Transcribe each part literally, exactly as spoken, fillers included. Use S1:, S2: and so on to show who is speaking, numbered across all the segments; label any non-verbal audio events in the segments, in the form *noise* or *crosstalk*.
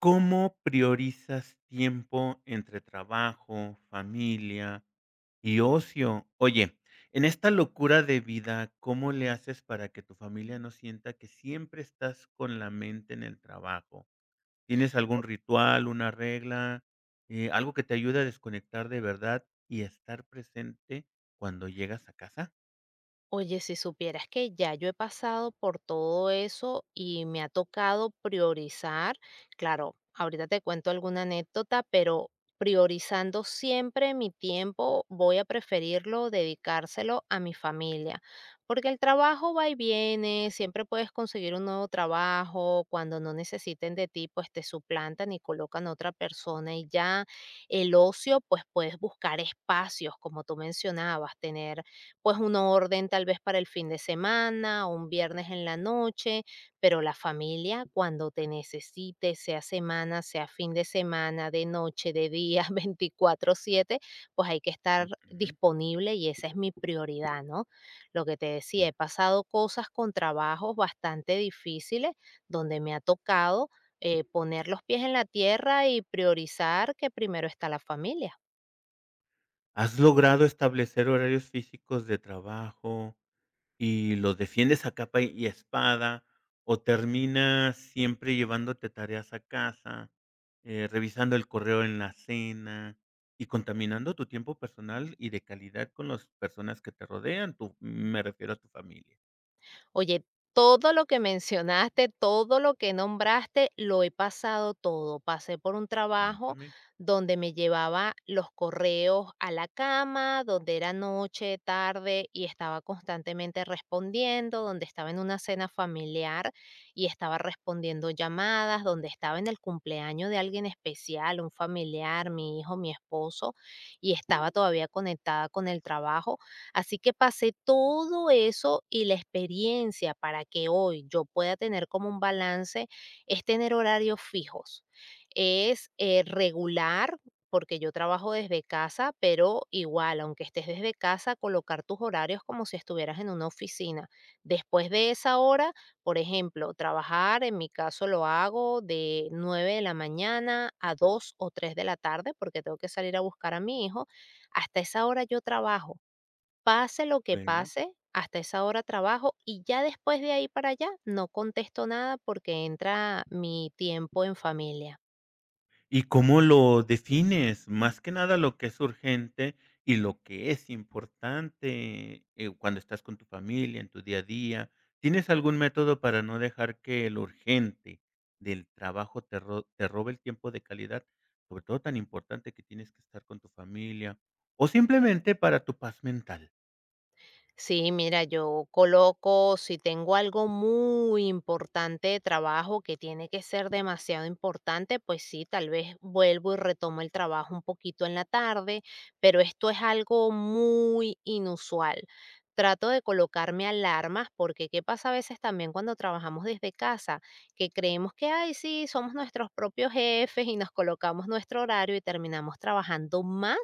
S1: ¿Cómo priorizas tiempo entre trabajo, familia y ocio? Oye, en esta locura de vida, ¿cómo le haces para que tu familia no sienta que siempre estás con la mente en el trabajo? ¿Tienes algún ritual, una regla, eh, algo que te ayude a desconectar de verdad y estar presente cuando llegas a casa?
S2: Oye, si supieras que ya yo he pasado por todo eso y me ha tocado priorizar, claro, ahorita te cuento alguna anécdota, pero priorizando siempre mi tiempo, voy a preferirlo dedicárselo a mi familia, porque el trabajo va y viene, siempre puedes conseguir un nuevo trabajo, cuando no necesiten de ti, pues te suplantan y colocan a otra persona y ya el ocio, pues puedes buscar espacios, como tú mencionabas, tener pues una orden tal vez para el fin de semana o un viernes en la noche, pero la familia cuando te necesite, sea semana, sea fin de semana, de noche, de día, *laughs* veinticuatro siete, pues hay que estar
S1: Ujú,
S2: disponible y esa es mi prioridad, ¿no? Lo que te decía, he
S1: bien.
S2: pasado cosas con trabajos bastante difíciles donde me ha tocado eh, poner los pies en la tierra y priorizar que primero está la familia.
S1: ¿Has logrado establecer horarios físicos de trabajo y los defiendes a capa y espada, o terminas siempre llevándote tareas a casa, eh, revisando el correo en la cena y contaminando tu tiempo personal y de calidad con las personas que te rodean, tu me refiero a tu familia?
S2: Oye, todo lo que mencionaste, todo lo que nombraste, lo he pasado todo. Pasé por un trabajo
S1: Cuéntame.
S2: donde me llevaba los correos a la cama, donde era noche, tarde y estaba constantemente respondiendo, donde estaba en una cena familiar y estaba respondiendo llamadas, donde estaba en el cumpleaños de alguien especial, un familiar, mi hijo, mi esposo, y estaba todavía conectada con el trabajo. Así que pasé todo eso y la experiencia para que hoy yo pueda tener como un balance es tener horarios fijos, es eh, regular, porque yo trabajo desde casa, pero igual, aunque estés desde casa, colocar tus horarios como si estuvieras en una oficina. Después de esa hora, por ejemplo, trabajar, en mi caso lo hago de nueve de la mañana a dos o tres de la tarde, porque tengo que salir a buscar a mi hijo. Hasta esa hora yo trabajo. Pase lo que
S1: Bueno,
S2: pase, hasta esa hora trabajo y ya después de ahí para allá no contesto nada porque entra mi tiempo en familia.
S1: ¿y cómo lo defines? Más que nada lo que es urgente y lo que es importante, eh, cuando estás con tu familia, en tu día a día. ¿Tienes algún método para no dejar que lo urgente del trabajo te ro te robe el tiempo de calidad? Sobre todo tan importante que tienes que estar con tu familia, o simplemente para tu paz mental.
S2: Sí, mira, yo coloco, si tengo algo muy importante de trabajo que tiene que ser demasiado importante, pues sí, tal vez vuelvo y retomo el trabajo un poquito en la tarde, pero esto es algo muy inusual. Trato de colocarme alarmas porque qué pasa a veces también cuando trabajamos desde casa, que creemos que, ay, sí, somos nuestros propios jefes y nos colocamos nuestro horario y terminamos trabajando más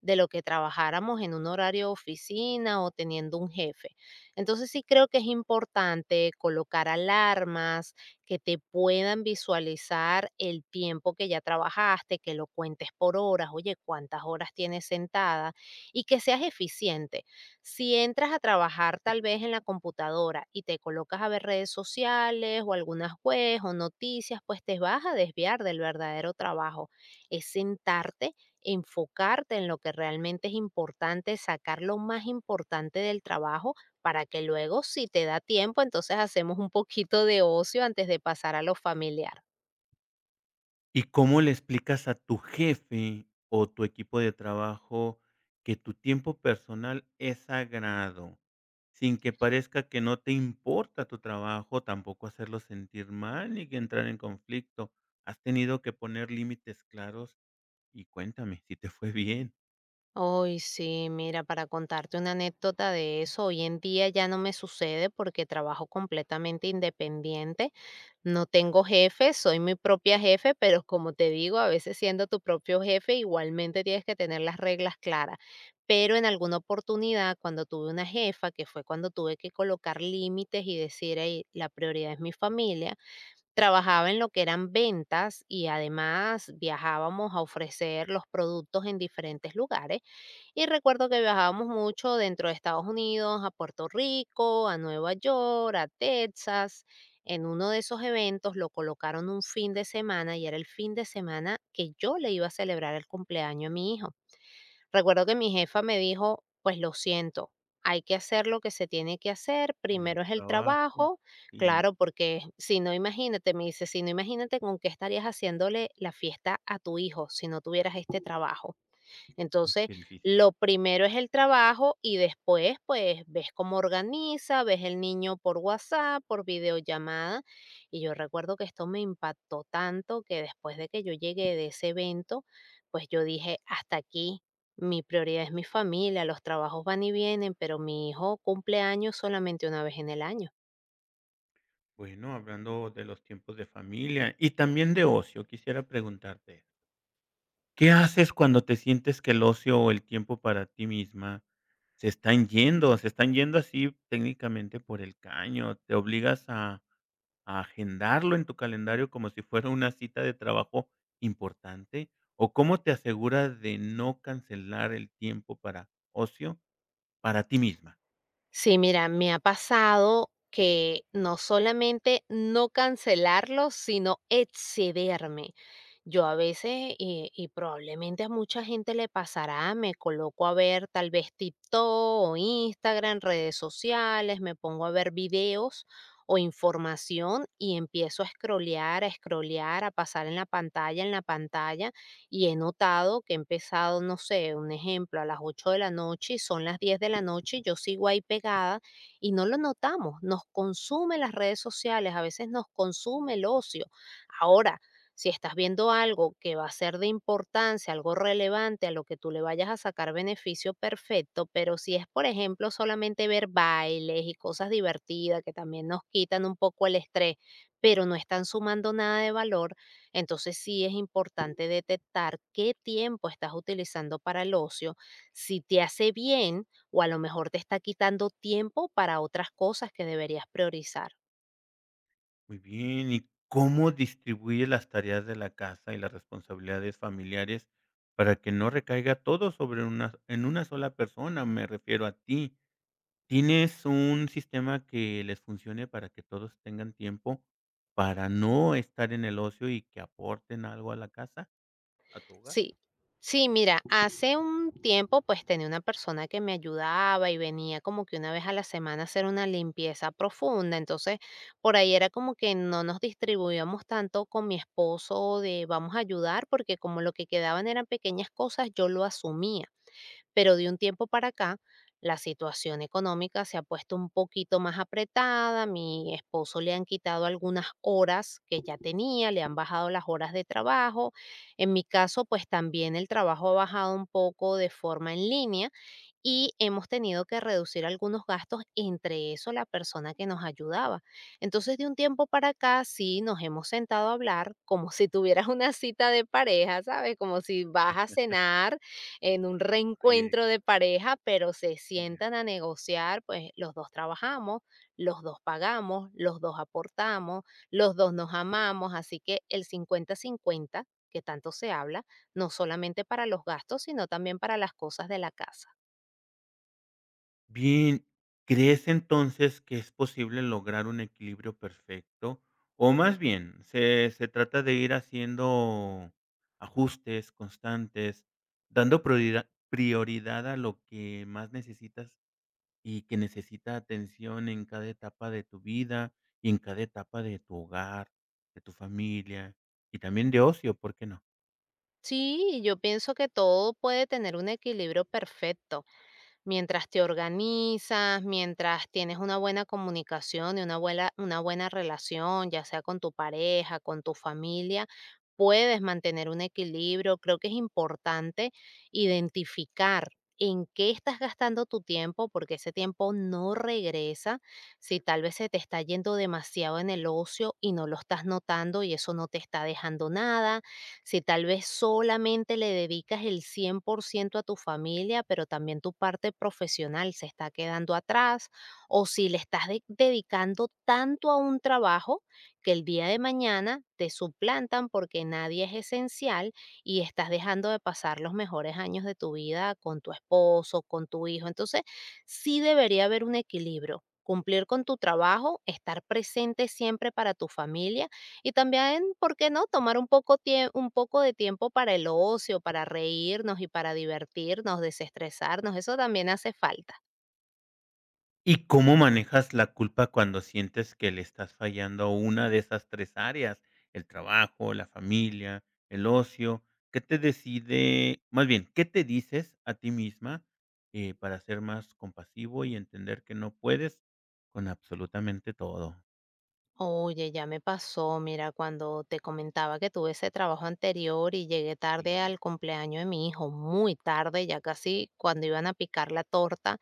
S2: de lo que trabajáramos en un horario de oficina o teniendo un jefe. Entonces sí creo que es importante colocar alarmas que te puedan visualizar el tiempo que ya trabajaste, que lo cuentes por horas, oye, cuántas horas tienes sentada y que seas eficiente. Si entras a trabajar tal vez en la computadora y te colocas a ver redes sociales o algunas webs o noticias, pues te vas a desviar del verdadero trabajo. Es sentarte, enfocarte en lo que realmente es importante, sacar lo más importante del trabajo para que luego, si te da tiempo, entonces hacemos un poquito de ocio antes de pasar a lo familiar.
S1: ¿Y cómo le explicas a tu jefe o tu equipo de trabajo que tu tiempo personal es sagrado, sin que parezca que no te importa tu trabajo, tampoco hacerlo sentir mal ni que entrar en conflicto? ¿Has tenido que poner límites claros? Y cuéntame si te fue bien
S2: Ay sí, mira, para contarte una anécdota de eso, hoy en día ya no me sucede porque trabajo completamente independiente. No tengo jefe, soy mi propia jefe, pero como te digo, a veces siendo tu propio jefe, igualmente tienes que tener las reglas claras. Pero en alguna oportunidad, cuando tuve una jefa, que fue cuando tuve que colocar límites y decir, "Ey, la prioridad es mi familia". Trabajaba en lo que eran ventas y además viajábamos a ofrecer los productos en diferentes lugares. Y recuerdo que viajábamos mucho dentro de Estados Unidos, a Puerto Rico, a Nueva York, a Texas. En uno de esos eventos lo colocaron un fin de semana y era el fin de semana que yo le iba a celebrar el cumpleaños a mi hijo. Recuerdo que mi jefa me dijo, pues lo siento, hay que hacer lo que se tiene que hacer,
S1: el
S2: primero es el
S1: trabajo.
S2: trabajo,
S1: Sí,
S2: claro, porque si no, imagínate, me dice, si no, imagínate con qué estarías haciéndole la fiesta a tu hijo si no tuvieras este trabajo.
S1: uy,
S2: Entonces,
S1: qué difícil.
S2: lo primero es el trabajo y después, pues, ves cómo organiza, ves el niño por WhatsApp, por videollamada. Y yo recuerdo que esto me impactó tanto que después de que yo llegué de ese evento, pues yo dije, hasta aquí, mi prioridad es mi familia, los trabajos van y vienen, pero mi hijo cumple años solamente una vez en el año.
S1: Bueno, hablando de los tiempos de familia y también de ocio, quisiera preguntarte, ¿qué haces cuando te sientes que el ocio o el tiempo para ti misma se están yendo? Se están yendo así técnicamente por el caño. ¿Te obligas a, a agendarlo en tu calendario como si fuera una cita de trabajo importante? ¿O cómo te aseguras de no cancelar el tiempo para ocio para ti misma?
S2: Sí, mira, me ha pasado que no solamente no cancelarlo, sino excederme. Yo a veces, y, y probablemente a mucha gente le pasará, me coloco a ver tal vez TikTok o Instagram, redes sociales, me pongo a ver videos o información y empiezo a scrollear, a scrollear, a pasar en la pantalla, en la pantalla y he notado que he empezado, no sé, un ejemplo, a las ocho de la noche y son las diez de la noche y yo sigo ahí pegada y no lo notamos, nos consume las redes sociales, a veces nos consume el ocio. Ahora, si estás viendo algo que va a ser de importancia, algo relevante a lo que tú le vayas a sacar beneficio, perfecto, pero si es, por ejemplo, solamente ver bailes y cosas divertidas que también nos quitan un poco el estrés, pero no están sumando nada de valor, entonces sí es importante detectar qué tiempo estás utilizando para el ocio, si te hace bien o a lo mejor te está quitando tiempo para otras cosas que deberías priorizar.
S1: Muy bien. ¿Y cómo distribuyes las tareas de la casa y las responsabilidades familiares para que no recaiga todo sobre una, en una sola persona? Me refiero a ti. ¿Tienes un sistema que les funcione para que todos tengan tiempo para no estar en el ocio y que aporten algo a la casa, a tu hogar?
S2: Sí, sí, mira, hace un tiempo pues tenía una persona que me ayudaba y venía como que una vez a la semana a hacer una limpieza profunda, entonces por ahí era como que no nos distribuíamos tanto con mi esposo de vamos a ayudar porque como lo que quedaban eran pequeñas cosas, yo lo asumía, pero de un tiempo para acá la situación económica se ha puesto un poquito más apretada, mi esposo le han quitado algunas horas que ya tenía, le han bajado las horas de trabajo, en mi caso pues también el trabajo ha bajado un poco de forma en línea y hemos tenido que reducir algunos gastos, entre eso la persona que nos ayudaba. Entonces, de un tiempo para acá, sí, nos hemos sentado a hablar como si tuvieras una cita de pareja, ¿sabes? Como si vas a cenar en un
S1: Oye,
S2: reencuentro de pareja, pero se
S1: ya.
S2: sientan a negociar, pues los dos trabajamos, los dos pagamos, los dos aportamos, los dos nos amamos, así que el cincuenta-cincuenta que tanto se habla, no solamente para los gastos, sino también para las cosas de la casa.
S1: Bien, ¿crees entonces que es posible lograr un equilibrio perfecto? O más bien, se, se trata de ir haciendo ajustes constantes, dando prioridad, prioridad a lo que más necesitas y que necesita atención en cada etapa de tu vida y en cada etapa de tu hogar, de tu familia y también de ocio, ¿por qué no?
S2: Sí, yo pienso que todo puede tener un equilibrio perfecto, mientras te organizas, mientras tienes una buena comunicación y una buena, una buena relación, ya sea con tu pareja, con tu familia, puedes mantener un equilibrio. Creo que es importante identificar en qué estás gastando tu tiempo, porque ese tiempo no regresa, si tal vez se te está yendo demasiado en el ocio y no lo estás notando y eso no te está dejando nada, si tal vez solamente le dedicas el cien por ciento a tu familia, pero también tu parte profesional se está quedando atrás, o si le estás de- dedicando tanto a un trabajo que el día de mañana te suplantan porque nadie es esencial y estás dejando de pasar los mejores años de tu vida con tu esposo, con tu hijo. Entonces, sí debería haber un equilibrio. Cumplir con tu trabajo, estar presente siempre para tu familia y también, ¿por qué no?, tomar un poco tie un poco de tiempo para el ocio, para reírnos y para divertirnos, desestresarnos, eso también hace falta.
S1: ¿Y cómo manejas la culpa cuando sientes que le estás fallando a una de esas tres áreas? El trabajo, la familia, el ocio. ¿Qué te decide más bien, qué te dices a ti misma, eh, para ser más compasivo y entender que no puedes con absolutamente todo?
S2: Oye, ya me pasó, mira, cuando te comentaba que tuve ese trabajo anterior y llegué tarde
S1: Sí.
S2: al cumpleaños de mi hijo, muy tarde, ya casi cuando iban a picar la torta,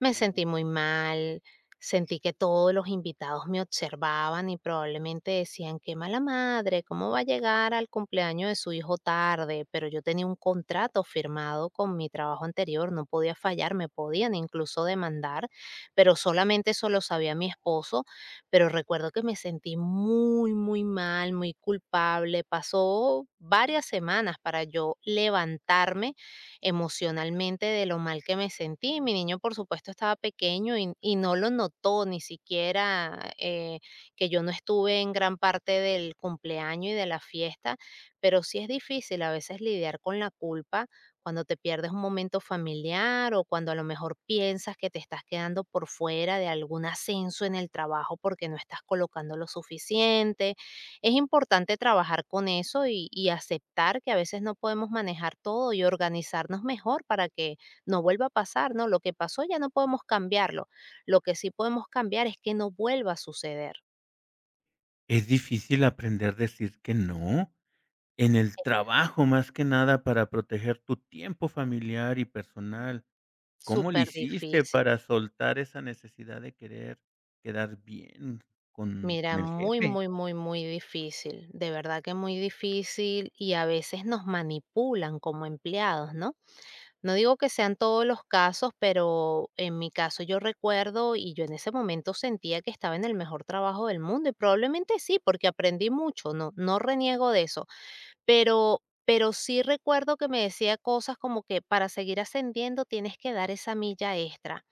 S2: me
S1: Uh.
S2: sentí muy mal, sentí que todos los invitados me observaban y probablemente decían, qué mala madre, ¿cómo va a llegar al cumpleaños de su hijo tarde? Pero yo tenía un contrato firmado con mi trabajo anterior, no podía fallar, me podían incluso demandar, pero solamente eso lo sabía mi esposo. Pero recuerdo que me sentí muy, muy mal, muy culpable. Pasó varias semanas para yo levantarme emocionalmente de lo mal que me sentí. Mi niño, por supuesto, estaba pequeño y, y no lo notó ni siquiera eh, que yo no estuve en gran parte del cumpleaños y de la fiesta, pero sí es difícil a veces lidiar con la culpa cuando te pierdes un momento familiar o cuando a lo mejor piensas que te estás quedando por fuera de algún ascenso en el trabajo porque no estás colocando lo suficiente. Es importante trabajar con eso y, y aceptar que a veces no podemos manejar todo y organizarnos mejor para que no vuelva a pasar, ¿no? Lo que pasó ya no podemos cambiarlo. Lo que sí podemos cambiar es que no vuelva a suceder.
S1: Es difícil aprender a decir que no, en el trabajo, más que nada para proteger tu tiempo familiar y personal. ¿Cómo le
S2: Súper
S1: hiciste
S2: difícil.
S1: para soltar esa necesidad de querer quedar bien con con
S2: Mira,
S1: el
S2: muy,
S1: jefe?
S2: muy, muy, muy difícil, de verdad que muy difícil y a veces nos manipulan como empleados, ¿no? No digo que sean todos los casos, pero en mi caso yo recuerdo y yo en ese momento sentía que estaba en el mejor trabajo del mundo y probablemente sí, porque aprendí mucho, no, no reniego de eso, pero, pero sí recuerdo que me decía cosas como que para seguir ascendiendo tienes que dar esa milla extra,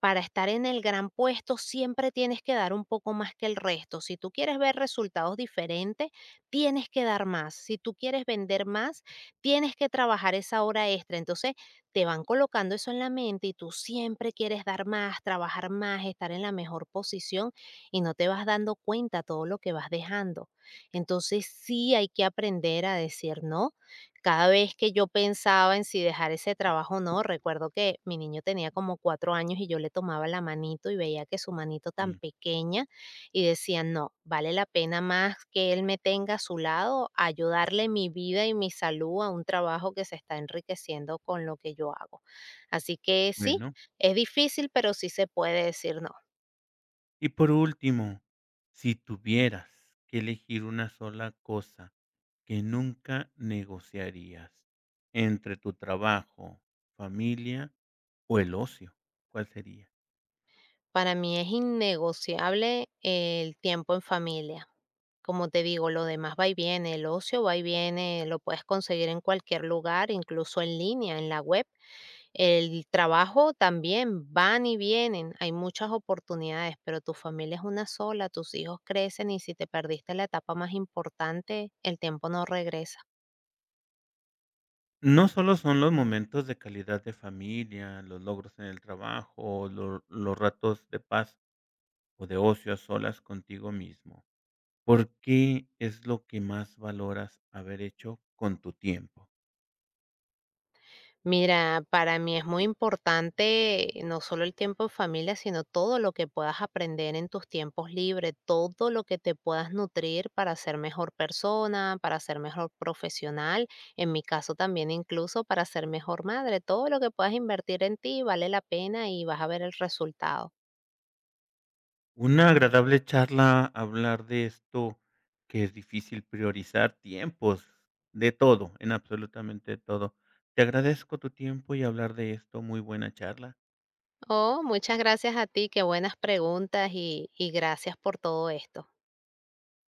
S2: para estar en el gran puesto siempre tienes que dar un poco más que el resto. Si tú quieres ver resultados diferentes, tienes que dar más. Si tú quieres vender más, tienes que trabajar esa hora extra. Entonces, te van colocando eso en la mente y tú siempre quieres dar más, trabajar más, estar en la mejor posición y no te vas dando cuenta todo lo que vas dejando. Entonces, sí hay que aprender a decir no. Cada vez que yo pensaba en si dejar ese trabajo o no, recuerdo que mi niño tenía como cuatro años y yo le tomaba la manito y veía que su manito tan
S1: Y
S2: pequeña y decía, no, vale la pena más que él me tenga a su lado, ayudarle mi vida y mi salud a un trabajo que se está enriqueciendo con lo que yo hago. Así que sí,
S1: bueno,
S2: es difícil, pero sí se puede decir no.
S1: y por último, si tuvieras que elegir una sola cosa que nunca negociarías entre tu trabajo, familia o el ocio, ¿cuál sería?
S2: Para mí es innegociable el tiempo en familia. Como te digo, lo demás va y viene, el ocio va y viene, lo puedes conseguir en cualquier lugar, incluso en línea, en la web. El trabajo también van y vienen, hay muchas oportunidades, pero tu familia es una sola, tus hijos crecen y si te perdiste la etapa más importante, el tiempo no regresa.
S1: No solo son los momentos de calidad de familia, los logros en el trabajo, lo- los ratos de paz o de ocio a solas contigo mismo. ¿Por qué es lo que más valoras haber hecho con tu tiempo?
S2: Mira, para mí es muy importante eh, no solo el tiempo en familia, sino todo lo que puedas aprender en tus tiempos libres, todo lo que te puedas nutrir para ser mejor persona, para ser mejor profesional, en mi caso también incluso para ser mejor madre, todo lo que puedas invertir en ti vale la pena y vas a ver el resultado.
S1: Una agradable charla, hablar de esto que es difícil priorizar tiempos, de todo, en absolutamente todo. Te agradezco tu tiempo y hablar de esto. Muy buena charla.
S2: Oh, muchas gracias a ti, qué buenas preguntas y, y gracias por todo esto.